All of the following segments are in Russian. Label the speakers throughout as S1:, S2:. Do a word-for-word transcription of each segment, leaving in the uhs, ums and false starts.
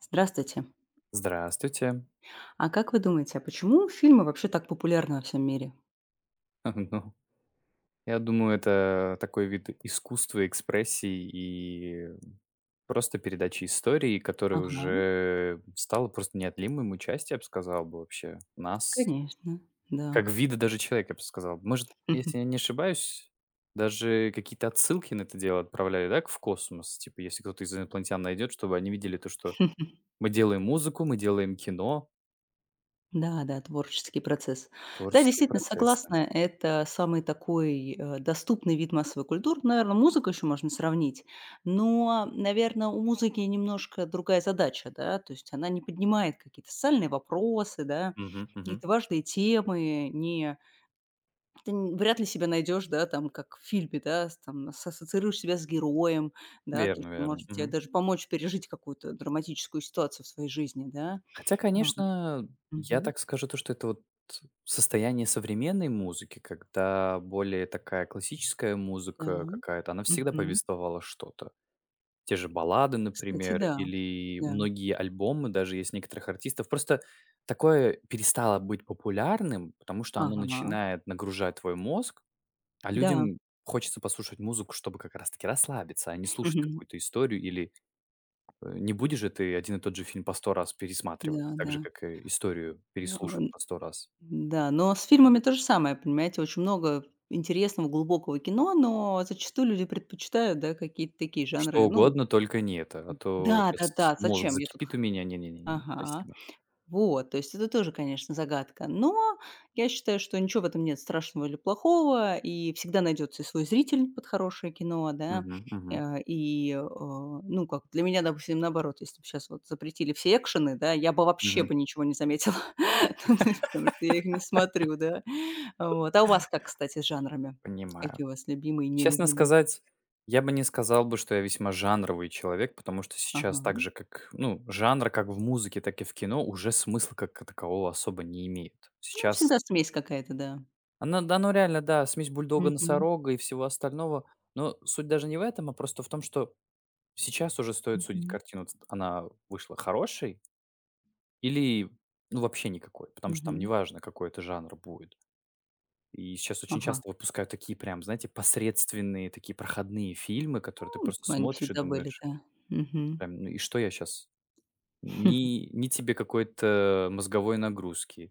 S1: Здравствуйте.
S2: Здравствуйте.
S1: А как вы думаете, а почему фильмы вообще так популярны во всем мире?
S2: Ну, я думаю, это такой вид искусства, экспрессии и просто передачи истории, которая
S1: Ага,
S2: уже стала просто неотъемлемым частью, я бы сказал бы, вообще нас,
S1: конечно, да.
S2: как вида даже человека, я бы сказал. Может, если я не ошибаюсь, даже какие-то отсылки на это дело отправляли, да, к- в космос? Типа, если кто-то из инопланетян найдет, чтобы они видели то, что мы делаем музыку, мы делаем кино,
S1: Да-да, творческий процесс. Да,
S2: творческие
S1: действительно,
S2: процессы.
S1: согласна, это самый такой, э, доступный вид массовой культуры. Наверное, музыку еще можно сравнить, но, наверное, у музыки немножко другая задача, да, то есть она не поднимает какие-то социальные вопросы, да,
S2: Мгм, мгм.
S1: какие-то важные темы, не. Ты н вряд ли себя найдешь, да, там, как в фильме, да, с там с- ассоциируешь себя с героем, да, то
S2: Верно,
S1: есть
S2: верно.
S1: может тебе
S2: Мгм.
S1: даже помочь пережить какую-то драматическую ситуацию в своей жизни, да.
S2: Хотя,
S1: А,
S2: конечно, я
S1: мгм,
S2: так скажу то, что это вот состояние современной музыки, когда более такая классическая
S1: да.
S2: музыка какая-то, она всегда
S1: Мгм.
S2: повествовала что-то. Те же баллады,
S1: Кстати,
S2: например,
S1: да.
S2: или
S1: Да.
S2: многие альбомы, даже есть некоторых артистов. Просто такое перестало быть популярным, потому что оно
S1: Ага.
S2: начинает нагружать твой мозг, а
S1: Да.
S2: людям хочется послушать музыку, чтобы как раз-таки расслабиться, а не слушать
S1: Мгм.
S2: какую-то историю или... Э, не будешь же ты один и тот же фильм по сто раз пересматривать,
S1: Да,
S2: так же,
S1: да.
S2: как и историю
S1: А, н
S2: переслушивать по сто раз.
S1: да, но с фильмами то же самое, понимаете, очень много интересного, глубокого кино, но зачастую люди предпочитают, да, какие-то такие
S2: Что
S1: жанры. Ну
S2: угодно, только не это, а то щас
S1: да-да-да,
S2: мозг
S1: зачем я тут
S2: закипит
S1: х
S2: у меня. Не, не, не, не,
S1: Ага.
S2: спасибо.
S1: Вот, то есть это тоже, конечно, загадка. Но я считаю, что ничего в этом нет страшного или плохого, и всегда найдется и свой зритель под хорошее кино, да.
S2: Мгм, мгм,
S1: Э, И, э, ну, как для меня, допустим, наоборот, если бы сейчас вот запретили все экшены, да, я бы вообще
S2: мгм.
S1: бы ничего не заметила. Ну, то есть потому что я их не смотрю, да. Вот. А у вас как, кстати, с жанрами?
S2: Понимаю.
S1: Какие у вас любимые и
S2: Честно
S1: нелюбимые?
S2: сказать, я бы не сказал бы, что я весьма жанровый человек, потому что
S1: Ага.
S2: сейчас так же, как, ну, жанр как в музыке, так и в кино уже смысла как такового особо не имеет.
S1: Ну,
S2: Сейчас
S1: всегда смесь какая-то, да.
S2: оно да, оно реально, да, смесь бульдога,
S1: Мгм.
S2: носорога и всего остального, но суть даже не в этом, а просто в том, что сейчас уже стоит судить
S1: Мгм.
S2: картину, ц она вышла хорошей или, ну, вообще никакой, потому что там
S1: Мгм.
S2: неважно, какой это жанр будет. И сейчас очень
S1: Ага.
S2: часто выпускают такие прям, знаете, посредственные, такие проходные фильмы, которые ты
S1: Ну, М,
S2: просто
S1: они
S2: смотришь и
S1: всегда были,
S2: думаешь:
S1: да. Мгм.
S2: "Прям, ну и что я сейчас? Ни ни тебе какой-то мозговой нагрузки,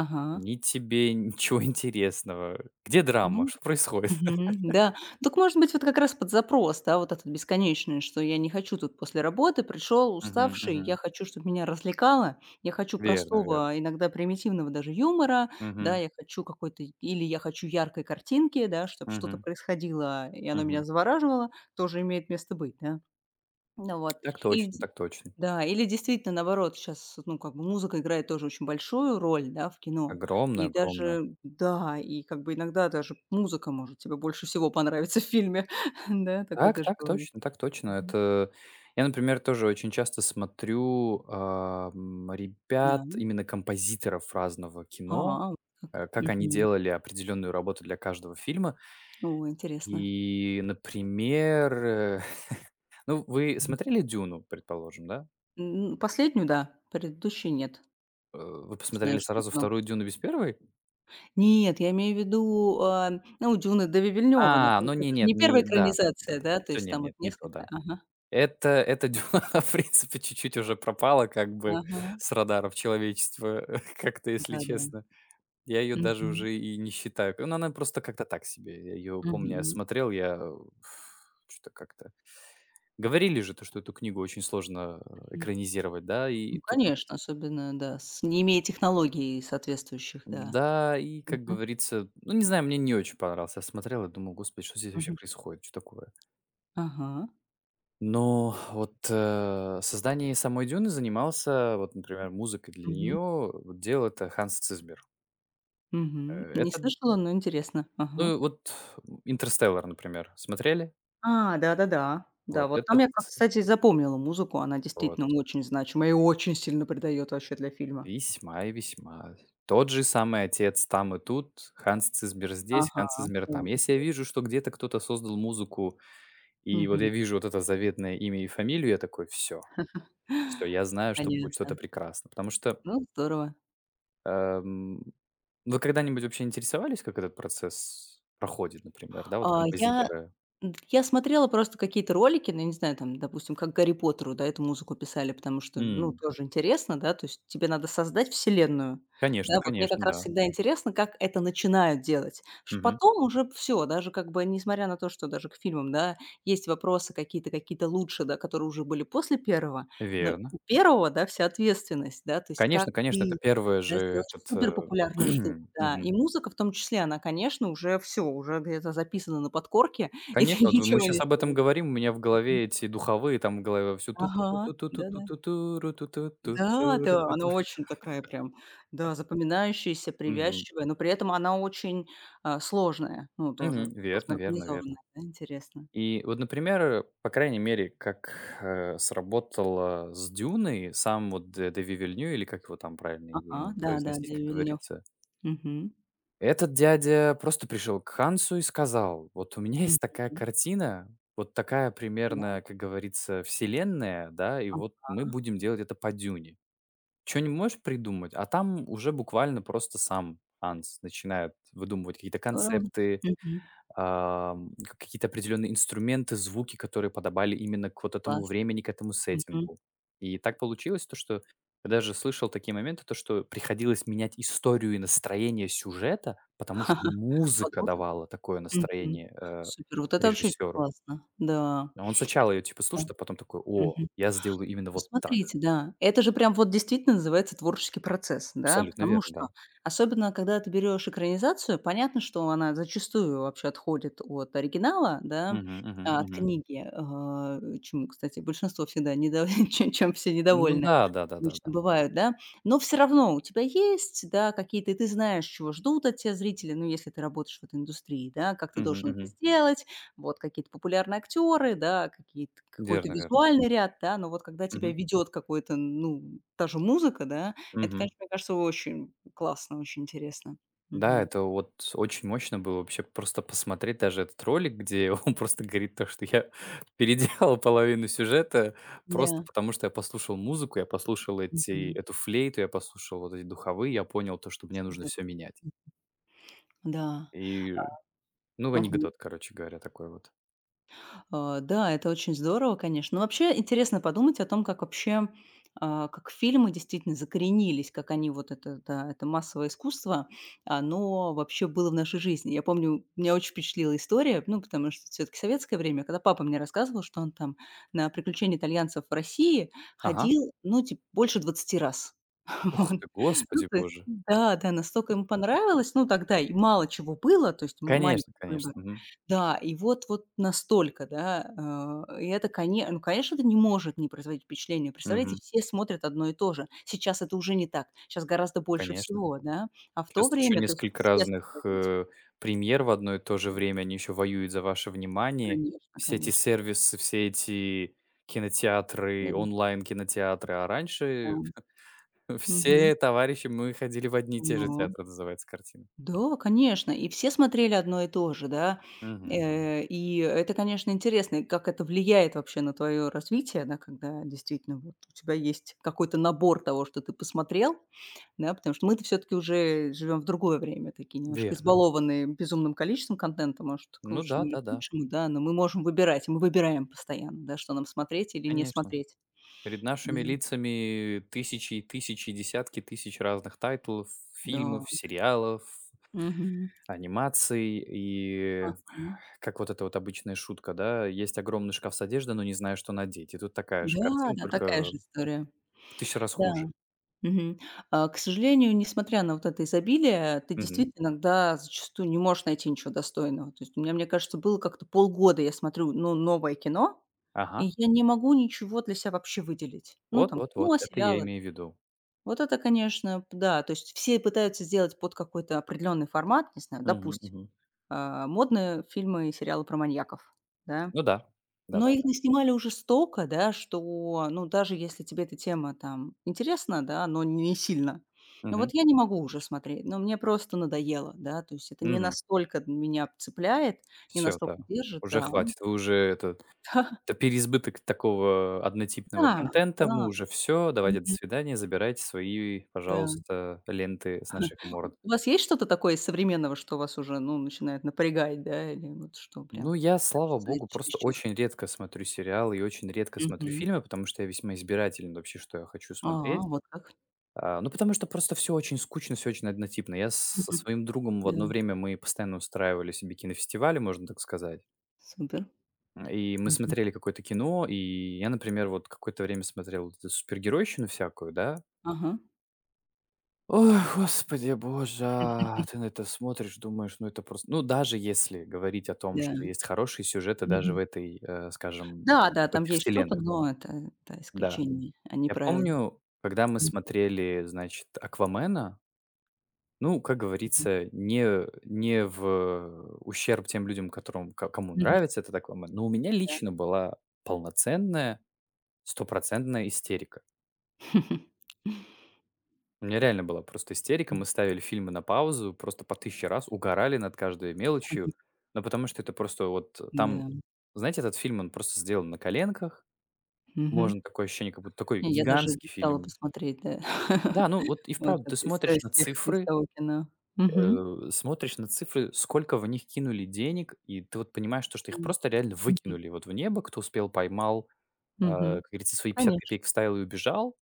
S1: Ага.
S2: ни тебе ничего интересного. Где драма?
S1: Ну,
S2: Что происходит?"
S1: мгм, да. Так, может быть, вот как раз под запрос, да, вот этот бесконечный, что я не хочу тут после работы, пришел
S2: Мгм,
S1: уставший, я
S2: мгм.
S1: хочу, чтобы меня развлекало, я хочу
S2: Верно верно.
S1: простого, иногда примитивного даже юмора, да,
S2: Мгм,
S1: я хочу какой-то или я хочу яркой картинки, да, чтобы что-то
S2: мгм,
S1: происходило, и оно
S2: мгм.
S1: меня завораживало, тоже имеет место быть, да. Ну вот.
S2: Так
S1: Или
S2: точно, так точно.
S1: Да, или действительно, наоборот, сейчас, ну, как бы музыка играет тоже очень большую роль, да, в кино.
S2: Огромное,
S1: И
S2: огромное.
S1: даже да, и как бы иногда даже музыка может тебе больше всего понравиться в фильме. Да, такое
S2: Так,
S1: тоже
S2: так
S1: бывает.
S2: точно, так точно.
S1: Мгм.
S2: Это я, например, тоже очень часто смотрю, ам, ребят,
S1: Да.
S2: именно композиторов разного кино,
S1: А, вот как.
S2: э, как они
S1: Мгм.
S2: делали определенную работу для каждого фильма.
S1: О, интересно.
S2: И, например, э, ну, вы
S1: Мгм.
S2: смотрели "Дюну", предположим, да?
S1: Н Последнюю, да, предыдущую нет.
S2: Э, вы посмотрели
S1: Знаю, что их
S2: сразу
S1: много.
S2: вторую "Дюну" без первой?
S1: Нет, я имею в виду, а, ну, "Дюна" Дэвида Вильнёва, но
S2: А,
S1: там
S2: ну
S1: же
S2: не
S1: это ж
S2: нет,
S1: не
S2: не
S1: первая
S2: да,
S1: экранизация,
S2: да-да-да.
S1: да, то
S2: Все,
S1: есть
S2: нет
S1: там вот
S2: нет, не то,
S1: несколько.
S2: да.
S1: Ага,
S2: Это это дела, в принципе, чуть-чуть уже пропало как бы
S1: ага,
S2: с радаров человечества, как-то, если
S1: да-да.
S2: честно. Я ее даже
S1: Мгм.
S2: уже и не считаю. Ну, она просто как-то так себе. Я ее помню, я
S1: Мгм,
S2: смотрел, я что то как-то. Говорили же то, что эту книгу очень сложно, э,
S1: мгм.
S2: экранизировать, да, и
S1: Ну,
S2: тут вот...
S1: конечно, особенно, да, с не имея технологий соответствующих, да.
S2: Да, и, как
S1: Мгм,
S2: говорится, ну, не знаю, мне не очень понравилось. Я смотрел и думал: "Господи, что здесь вообще
S1: мгм.
S2: происходит? Что такое?"
S1: Ага.
S2: Но вот, э, создание самой "Дюны" занимался, вот, например, музыкой для нее,
S1: Мгм,
S2: вот делал это Ханс Цизмер. Э,
S1: мгм. Не
S2: это,
S1: слышала, но интересно. Ага.
S2: ну, вот, "Интерстеллар", например, смотрели?
S1: А, да-да-да. Да,
S2: Вот
S1: вот там
S2: этот
S1: я как, кстати, и запомнила музыку. Она
S2: вот,
S1: действительно очень значима и очень сильно придает вообще для фильма.
S2: весьма и весьма. Тот же самый отец там и тут, Ханс Цизмер здесь,
S1: Ага.
S2: Ханс Цизмер там.
S1: О,
S2: Если я
S1: интересно.
S2: вижу, что где-то кто-то создал музыку, и вот
S1: Мгм.
S2: я вижу вот это заветное имя и фамилию, я такой: "Все, все, я знаю, что будет что-то
S1: Понятно.
S2: прекрасно". Потому что...
S1: Ну, здорово.
S2: Эм, вы когда-нибудь вообще интересовались, как этот процесс проходит, например, да, вот
S1: А я
S2: композиторы?
S1: Д я смотрела просто какие-то ролики, ну, я не знаю, там, допустим, как "Гарри Поттеру", да, эту музыку писали, потому что, ну,
S2: М,
S1: тоже интересно, да, то есть тебе надо создать вселенную. Да,
S2: конечно,
S1: вот мне
S2: конечно,
S1: как раз
S2: да.
S1: всегда интересно, как это начинают делать. Ш
S2: Мгм.
S1: Потом уже все, даже как бы несмотря на то, что даже к фильмам, да, есть вопросы какие-то, какие-то лучше, да, которые уже были после первого, но
S2: Верно.
S1: у одного, да, вся ответственность, да, то есть как
S2: Конечно, конечно, это
S1: ты,
S2: первое
S1: да,
S2: же
S1: сделаешь
S2: этот, э,
S1: суперпопулярную штуку, да. И
S2: мгм.
S1: музыка в том числе, она, конечно, уже все, уже где-то записана на подкорке. И ты
S2: Конечно, вот мы
S1: ничего
S2: сейчас
S1: не
S2: об этом
S1: сделаешь.
S2: говорим, у меня в голове эти духовые, там в голове всё ту ту
S1: Ага,
S2: ту ту ту ту ту
S1: да-да.
S2: ту ту ру ту ту ту ту ру
S1: Да-да,
S2: ту ту.
S1: она очень такая прям, да, запоминающаяся,
S2: Мгм.
S1: привязчивая, но при этом она очень, а, сложная, ну, тоже
S2: Мгм. Верно
S1: сложно
S2: верно
S1: организованная,
S2: верно.
S1: да, интересно.
S2: И вот, например, э, по крайней мере, как, э, сработало с "Дюной", сам вот Д Дэви Вильню, или как его там правильно его
S1: Ага,
S2: имя произносить,
S1: да-да-да,
S2: как
S1: Вильнёв.
S2: говорится.
S1: Мгм.
S2: Этот дядя просто пришел к Хансу и сказал: "Вот у меня есть такая
S1: Мгм.
S2: картина, вот такая
S1: Да.
S2: примерно, как говорится, вселенная, да, и вот
S1: А,
S2: мы будем делать это по "Дюне". Чё не можешь придумать?" А там уже буквально просто сам Ханс начинает выдумывать какие-то
S1: здорово.
S2: концепты,
S1: Мгм.
S2: Ам, какие-то определенные инструменты, звуки, которые подобали именно к вот этому
S1: Классно.
S2: времени, к этому
S1: Мгм.
S2: сеттингу. И так получилось то, что я даже слышал такие моменты, то, что приходилось менять историю и настроение сюжета, потому что
S1: Под
S2: музыка
S1: музыку.
S2: давала такое
S1: Мгм.
S2: настроение, э,
S1: Супер. Вот это вообще очень
S2: режиссеру.
S1: классно. Да.
S2: А он сначала
S1: Это
S2: ее типа
S1: да.
S2: слушает, а потом такой: "О,
S1: Мгм.
S2: я сделаю именно
S1: Ну,
S2: вот так".
S1: смотрите, да. Это же прям вот действительно называется творческий процесс, да,
S2: Абсолютно
S1: потому
S2: верно, да.
S1: что особенно когда ты берешь экранизацию, понятно, что она зачастую вообще отходит от оригинала, да,
S2: Мгм, мгм,
S1: а, от
S2: мгм.
S1: книги, а, чему, кстати, большинство всегда недо чем чем все
S2: Ну
S1: недовольны
S2: да,
S1: обычно
S2: да-да-да-да.
S1: бывают, да. Но все равно у тебя есть, да, какие-то и ты знаешь, чего ждут от тебя зрители, ну, если ты работаешь в этой индустрии, да, как ты
S2: Мгм,
S1: должен это
S2: мгм.
S1: сделать, вот какие-то популярные актеры, да, какие-то какой-то
S2: Верно верно.
S1: визуальный ряд, да, но вот когда тебя
S2: Мгм,
S1: ведет какой-то, ну, та же музыка, да, это,
S2: мгм.
S1: конечно, мне кажется, очень классно, очень интересно.
S2: Да,
S1: Мгм.
S2: это вот очень мощно было вообще просто посмотреть даже этот ролик, где он просто говорит то, что я переделал половину сюжета просто
S1: Да.
S2: потому, что я послушал музыку, я послушал эти,
S1: Мгм.
S2: эту флейту, я послушал вот эти духовые, я понял то, что мне нужно
S1: Да.
S2: все менять.
S1: Да.
S2: И, ну,
S1: Мгм.
S2: анекдот, короче говоря, такой вот.
S1: А, да, это очень здорово, конечно. Но вообще интересно подумать о том, как вообще, а, как фильмы действительно закоренились, как они вот это, да, это массовое искусство, оно вообще было в нашей жизни. Я помню, меня очень впечатлила история, ну, потому что все-таки советское время, когда папа мне рассказывал, что он там на приключения итальянцев в России
S2: Ага.
S1: ходил, ну, типа, больше двадцати раз.
S2: Ух
S1: Вот.
S2: ты,
S1: Ну,
S2: господи
S1: то есть,
S2: боже.
S1: да, да, настолько ему понравилось. Ну, тогда и мало чего было, то есть маленький
S2: Конечно, конечно.
S1: выбор.
S2: Мгм.
S1: Да, и вот вот настолько, да, э, и это, коне ну, конечно, это не может не производить впечатление. Представляете,
S2: Мгм.
S1: все смотрят одно и то же. Сейчас это уже не так. Сейчас гораздо больше
S2: Конечно.
S1: всего, да. А в то
S2: Щас еще
S1: время, то есть
S2: несколько
S1: все
S2: разных,
S1: смотрели этот
S2: э, премьер в одно и то же
S1: фильм.
S2: время, они еще воюют за ваше внимание.
S1: Конечно,
S2: Все эти
S1: конечно.
S2: сервисы, все эти кинотеатры,
S1: Мгм.
S2: онлайн-кинотеатры. А
S1: Да.
S2: раньше
S1: Мгм.
S2: все товарищи мы ходили в одни и те же
S1: Да.
S2: театры, называется картина.
S1: Да, конечно. И все смотрели одно и то же, да.
S2: Мгм.
S1: Э, и это, конечно, интересно, и как это влияет вообще на твое развитие, да, когда действительно вот у тебя есть какой-то набор того, что ты посмотрел. Да, потому что мы-то всё-таки уже живем в другое время, такие немножко
S2: Верно.
S1: избалованные безумным количеством контента, может, к
S2: Ну да,
S1: лучшему или к
S2: да-да,
S1: худшему, да, но мы можем выбирать, и мы выбираем постоянно, да, что нам смотреть или не
S2: конечно.
S1: смотреть.
S2: Перед
S1: Да,
S2: нашими лицами тысячи и тысячи, десятки тысяч разных тайтлов,
S1: да.
S2: фильмов, сериалов.
S1: Мгм.
S2: Анимаций. И
S1: Ага.
S2: как вот эта вот обычная шутка, да: "Есть огромный шкаф с одеждой, но не знаю, что надеть". И тут такая же
S1: Да,
S2: картина,
S1: да, такая
S2: только
S1: же история.
S2: в тысячу раз хуже.
S1: Да. Мгм. А, к сожалению, несмотря на вот это изобилие, ты
S2: Мгм.
S1: действительно иногда зачастую не можешь найти ничего достойного. То есть у меня, мне кажется, было как-то полгода я смотрю, ну, новое кино, и
S2: Ага.
S1: я не могу ничего для себя вообще выделить. Ну,
S2: Вот
S1: там,
S2: вот вот,
S1: кино,
S2: это я
S1: сериалы.
S2: имею в виду.
S1: Вот это, конечно, п да. То есть все пытаются сделать под какой-то определенный формат, не знаю,
S2: Мгм,
S1: допустим,
S2: мгм.
S1: а, модные фильмы и сериалы про маньяков, да.
S2: Ну да.
S1: Но их
S2: Да-да-да.
S1: наснимали уже столько, да, что, ну, даже если тебе эта тема там интересна, да, но не сильно, ну,
S2: Мгм.
S1: вот я не могу уже смотреть, но мне просто надоело, да, то есть это не
S2: Мгм.
S1: настолько меня цепляет, не
S2: Всё,
S1: настолько
S2: да.
S1: держит,
S2: Уже
S1: да.
S2: хватит. Вы уже это это переизбыток такого
S1: Да,
S2: однотипного
S1: да,
S2: контента. Мы
S1: да.
S2: уже все. Давайте, до
S1: Мгм.
S2: свидания. Забирайте свои,
S1: Да.
S2: пожалуйста, ленты с наших морд.
S1: У вас есть что-то такое из современного, что вас уже, ну, начинает напрягать, да, или вот что
S2: Ну,
S1: прям
S2: я, слава
S1: кажется
S2: богу, просто
S1: чересчур?
S2: очень редко смотрю сериалы и очень редко смотрю
S1: Мгм.
S2: фильмы, потому что я весьма избирателен вообще, что я хочу
S1: А,
S2: смотреть.
S1: вот как.
S2: А, ну, потому что просто все очень скучно, все очень однотипно. Я с- со
S1: Мгм.
S2: своим другом в
S1: Да,
S2: одно время мы постоянно устраивали себе кинофестивали, можно так сказать.
S1: супер.
S2: И мы
S1: Мгм.
S2: смотрели какое-то кино, и я, например, вот какое-то время смотрел вот эту супергеройщину всякую, да.
S1: Ага,
S2: Ой, господи боже, а, ты на это смотришь, думаешь, ну это просто, ну, даже если говорить о том,
S1: да.
S2: что есть хорошие сюжеты даже в
S1: Мгм.
S2: этой, э, скажем,
S1: Да-да,
S2: в
S1: там
S2: этих
S1: есть что-то,
S2: вселенных,
S1: но это, да,
S2: да.
S1: исключение, а не
S2: Я
S1: правило.
S2: помню, когда мы
S1: Мгм.
S2: смотрели, значит, "Аквамена", ну, как говорится, не не в ущерб тем людям, которым ко кому
S1: Мгм.
S2: нравится этот "Аквамен", но у меня
S1: Да.
S2: лично была полноценная, стопроцентная истерика. У меня реально была просто истерика. Мы ставили фильмы на паузу, просто по тысяче раз, угорали над каждой мелочью.
S1: Мгм.
S2: Но потому что это просто вот там,
S1: Да.
S2: знаете, этот фильм, он просто сделан на коленках.
S1: Мгм.
S2: Можно такое ощущение, как будто такой
S1: Не, я даже не
S2: гигантский
S1: стала
S2: фильм.
S1: посмотреть, да.
S2: Да, ну вот и
S1: Вот
S2: вправду, ты
S1: это из
S2: смотришь
S1: из
S2: на
S1: тех из
S2: цифры,
S1: того кино. Мгм.
S2: э, смотришь на цифры, сколько в них кинули денег, и ты вот понимаешь то, что их
S1: М.
S2: просто реально
S1: Мгм.
S2: выкинули вот в небо, кто успел, поймал, а,
S1: Мгм.
S2: как говорится, свои пятьдесят
S1: Конечно,
S2: копеек вставил и убежал.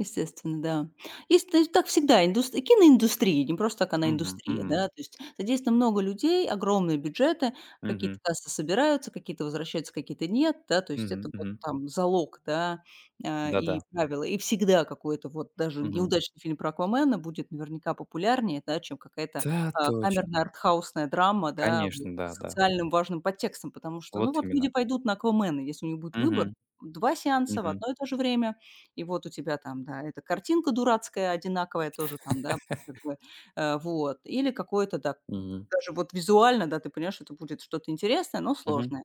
S1: естественно, да. Есть, то есть так всегда, индус и киноиндустрия, не просто так она
S2: Мгм,
S1: индустрия,
S2: мгм,
S1: да, то есть задействовано много людей, огромные бюджеты, какие-то
S2: мгм,
S1: кассы собираются, какие-то возвращаются, какие-то нет, да, то есть
S2: мгм,
S1: это вот
S2: мгм.
S1: там залог, да, а,
S2: Да-да,
S1: и правила. И всегда какой-то вот даже
S2: мгм.
S1: неудачный фильм про Аквамена будет наверняка популярнее, да, чем какая-то,
S2: Да,
S1: а, камерная
S2: точно.
S1: артхаусная драма, да, вот
S2: Конечно, да,
S1: с
S2: да.
S1: социальным важным подтекстом, потому что, ну,
S2: Вот
S1: вот
S2: именно.
S1: люди пойдут на Аквамена, если у них будет выбор,
S2: Мгм,
S1: два сеанса в
S2: мгм,
S1: одно и то же время. И вот у тебя там, да, эта картинка дурацкая, одинаковая тоже там, да, как бы, э, вот. Или какое-то, да,
S2: мгм,
S1: даже вот визуально, да, ты понимаешь, что это будет что-то интересное, но
S2: мгм.
S1: сложное.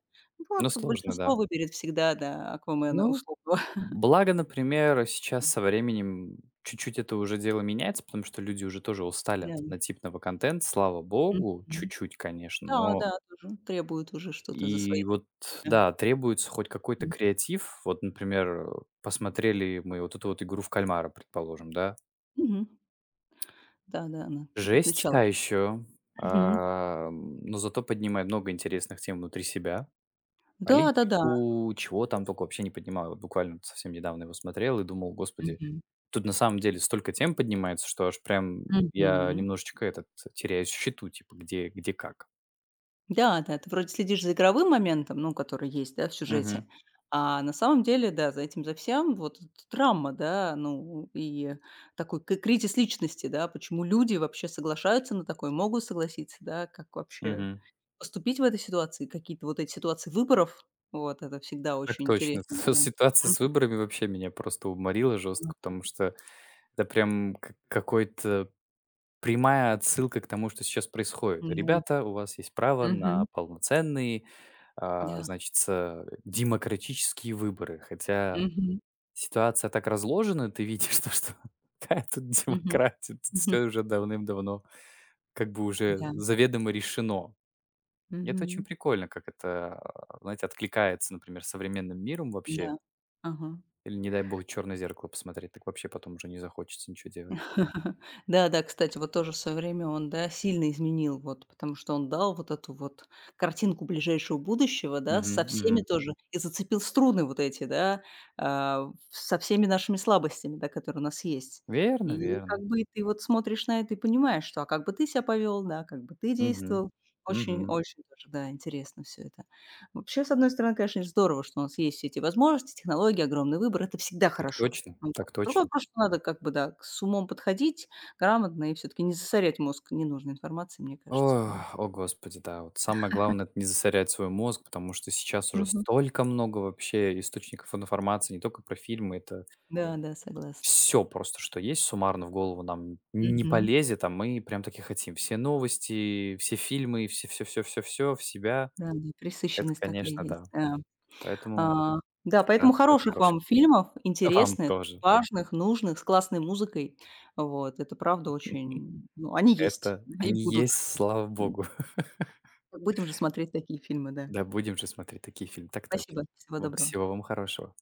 S2: Ну,
S1: Вот
S2: сложно, да.
S1: большинство выберет всегда, да, "Аквамена"
S2: Ну,
S1: условного.
S2: благо, например, сейчас со временем чуть-чуть это уже дело меняется, потому что люди уже тоже устали от
S1: Да.
S2: однотипного контента, слава богу,
S1: Мгм.
S2: чуть-чуть, конечно,
S1: Да,
S2: но
S1: да, тоже требует уже что-то за
S2: и
S1: свои
S2: вот,
S1: деньги.
S2: да, требуется хоть какой-то
S1: М.
S2: креатив. Вот, например, э, посмотрели мы вот эту вот игру в кальмара, предположим, да?
S1: Мгм. Да-да, она
S2: Жесть та
S1: отличалась.
S2: еще,
S1: Мгм.
S2: но зато поднимает много интересных тем внутри себя.
S1: Да-да-да.
S2: Политику, чего там только вообще не поднимал. Я вот буквально совсем недавно его смотрел и думал: "Господи,
S1: Мгм.
S2: тут на самом деле столько тем поднимается, что аж прям я
S1: Мгм.
S2: немножечко этот теряюсь в счету, типа где где, как".
S1: Да, да, ты вроде следишь за игровым моментом, ну, который есть, да, в сюжете,
S2: Мгм,
S1: а на самом деле, да, за этим, за всем вот эта драма, да, ну, и такой к- кризис личности, да, почему люди вообще соглашаются на такое, могут согласиться, да, как вообще
S2: мгм.
S1: поступить в этой ситуации, какие-то вот эти ситуации выборов, вот, это всегда
S2: Так
S1: очень
S2: точно.
S1: интересный момент.
S2: Ситуация
S1: Мгм.
S2: с выборами вообще меня просто уморила жестко, потому что это прям как какой-то... прямая отсылка к тому, что сейчас происходит.
S1: Да.
S2: Ребята, у вас есть право на
S1: Мгм.
S2: полноценные, а,
S1: Да.
S2: значится, демократические выборы. Хотя
S1: Мгм.
S2: ситуация так разложена, ты видишь то, что какая тут
S1: Мгм.
S2: демократия, тут
S1: Мгм.
S2: всё уже давным-давно как бы уже
S1: Да.
S2: заведомо решено. И это очень
S1: Мгм.
S2: прикольно, как это, а, знаете, откликается, например, современным миром вообще.
S1: Да. Ага.
S2: Или, не дай бог, "Черное зеркало" посмотреть, так вообще потом уже не захочется ничего делать.
S1: Да-да, кстати, вот тоже в своё время он, да, сильно изменил, вот, потому что он дал вот эту вот картинку ближайшего будущего, да,
S2: Мгм,
S1: со всеми
S2: мгм.
S1: тоже, и зацепил струны вот эти, да, а, со всеми нашими слабостями, да, которые у нас есть.
S2: Верно
S1: И как
S2: верно.
S1: бы ты вот смотришь на это и понимаешь, что а как бы ты себя повел, да, как бы ты
S2: Мгм,
S1: действовал. Очень
S2: мгм.
S1: очень тоже, да, интересно все это. Вообще, с одной стороны, конечно, здорово, что у нас есть все эти возможности, технологии, огромный выбор. Это всегда
S2: Так
S1: хорошо.
S2: точно,
S1: Вот.
S2: так
S1: Другой
S2: точно.
S1: вопрос, что надо как бы, да, с умом подходить грамотно и все таки не засорять мозг ненужной информацией, мне кажется,
S2: О,
S1: да.
S2: о господи, да. Вот самое главное — это не засорять свой мозг, потому что сейчас уже
S1: Мгм.
S2: столько много вообще источников информации, не только про фильмы, это
S1: Да, да, согласна.
S2: все просто, что есть, суммарно в голову нам не
S1: Мгм.
S2: полезет, а мы прям таки хотим. Все новости, все фильмы, все все, все, все, все в себя.
S1: Да, да,
S2: Это,
S1: пресыщенность такая
S2: конечно,
S1: есть,
S2: да.
S1: да.
S2: Поэтому
S1: А, да, поэтому
S2: стараться надо
S1: хороших
S2: хороший
S1: вам
S2: фильм.
S1: фильмов,
S2: Вам
S1: интересных,
S2: тоже.
S1: важных, нужных, с классной музыкой. Вот. Это правда очень ну, они есть
S2: Это
S1: и
S2: они
S1: будут.
S2: есть, слава богу.
S1: Будем же смотреть такие фильмы, да.
S2: Да, будем же смотреть такие фильмы. Так точно.
S1: Спасибо, всего
S2: Вот
S1: доброго.
S2: всего вам хорошего.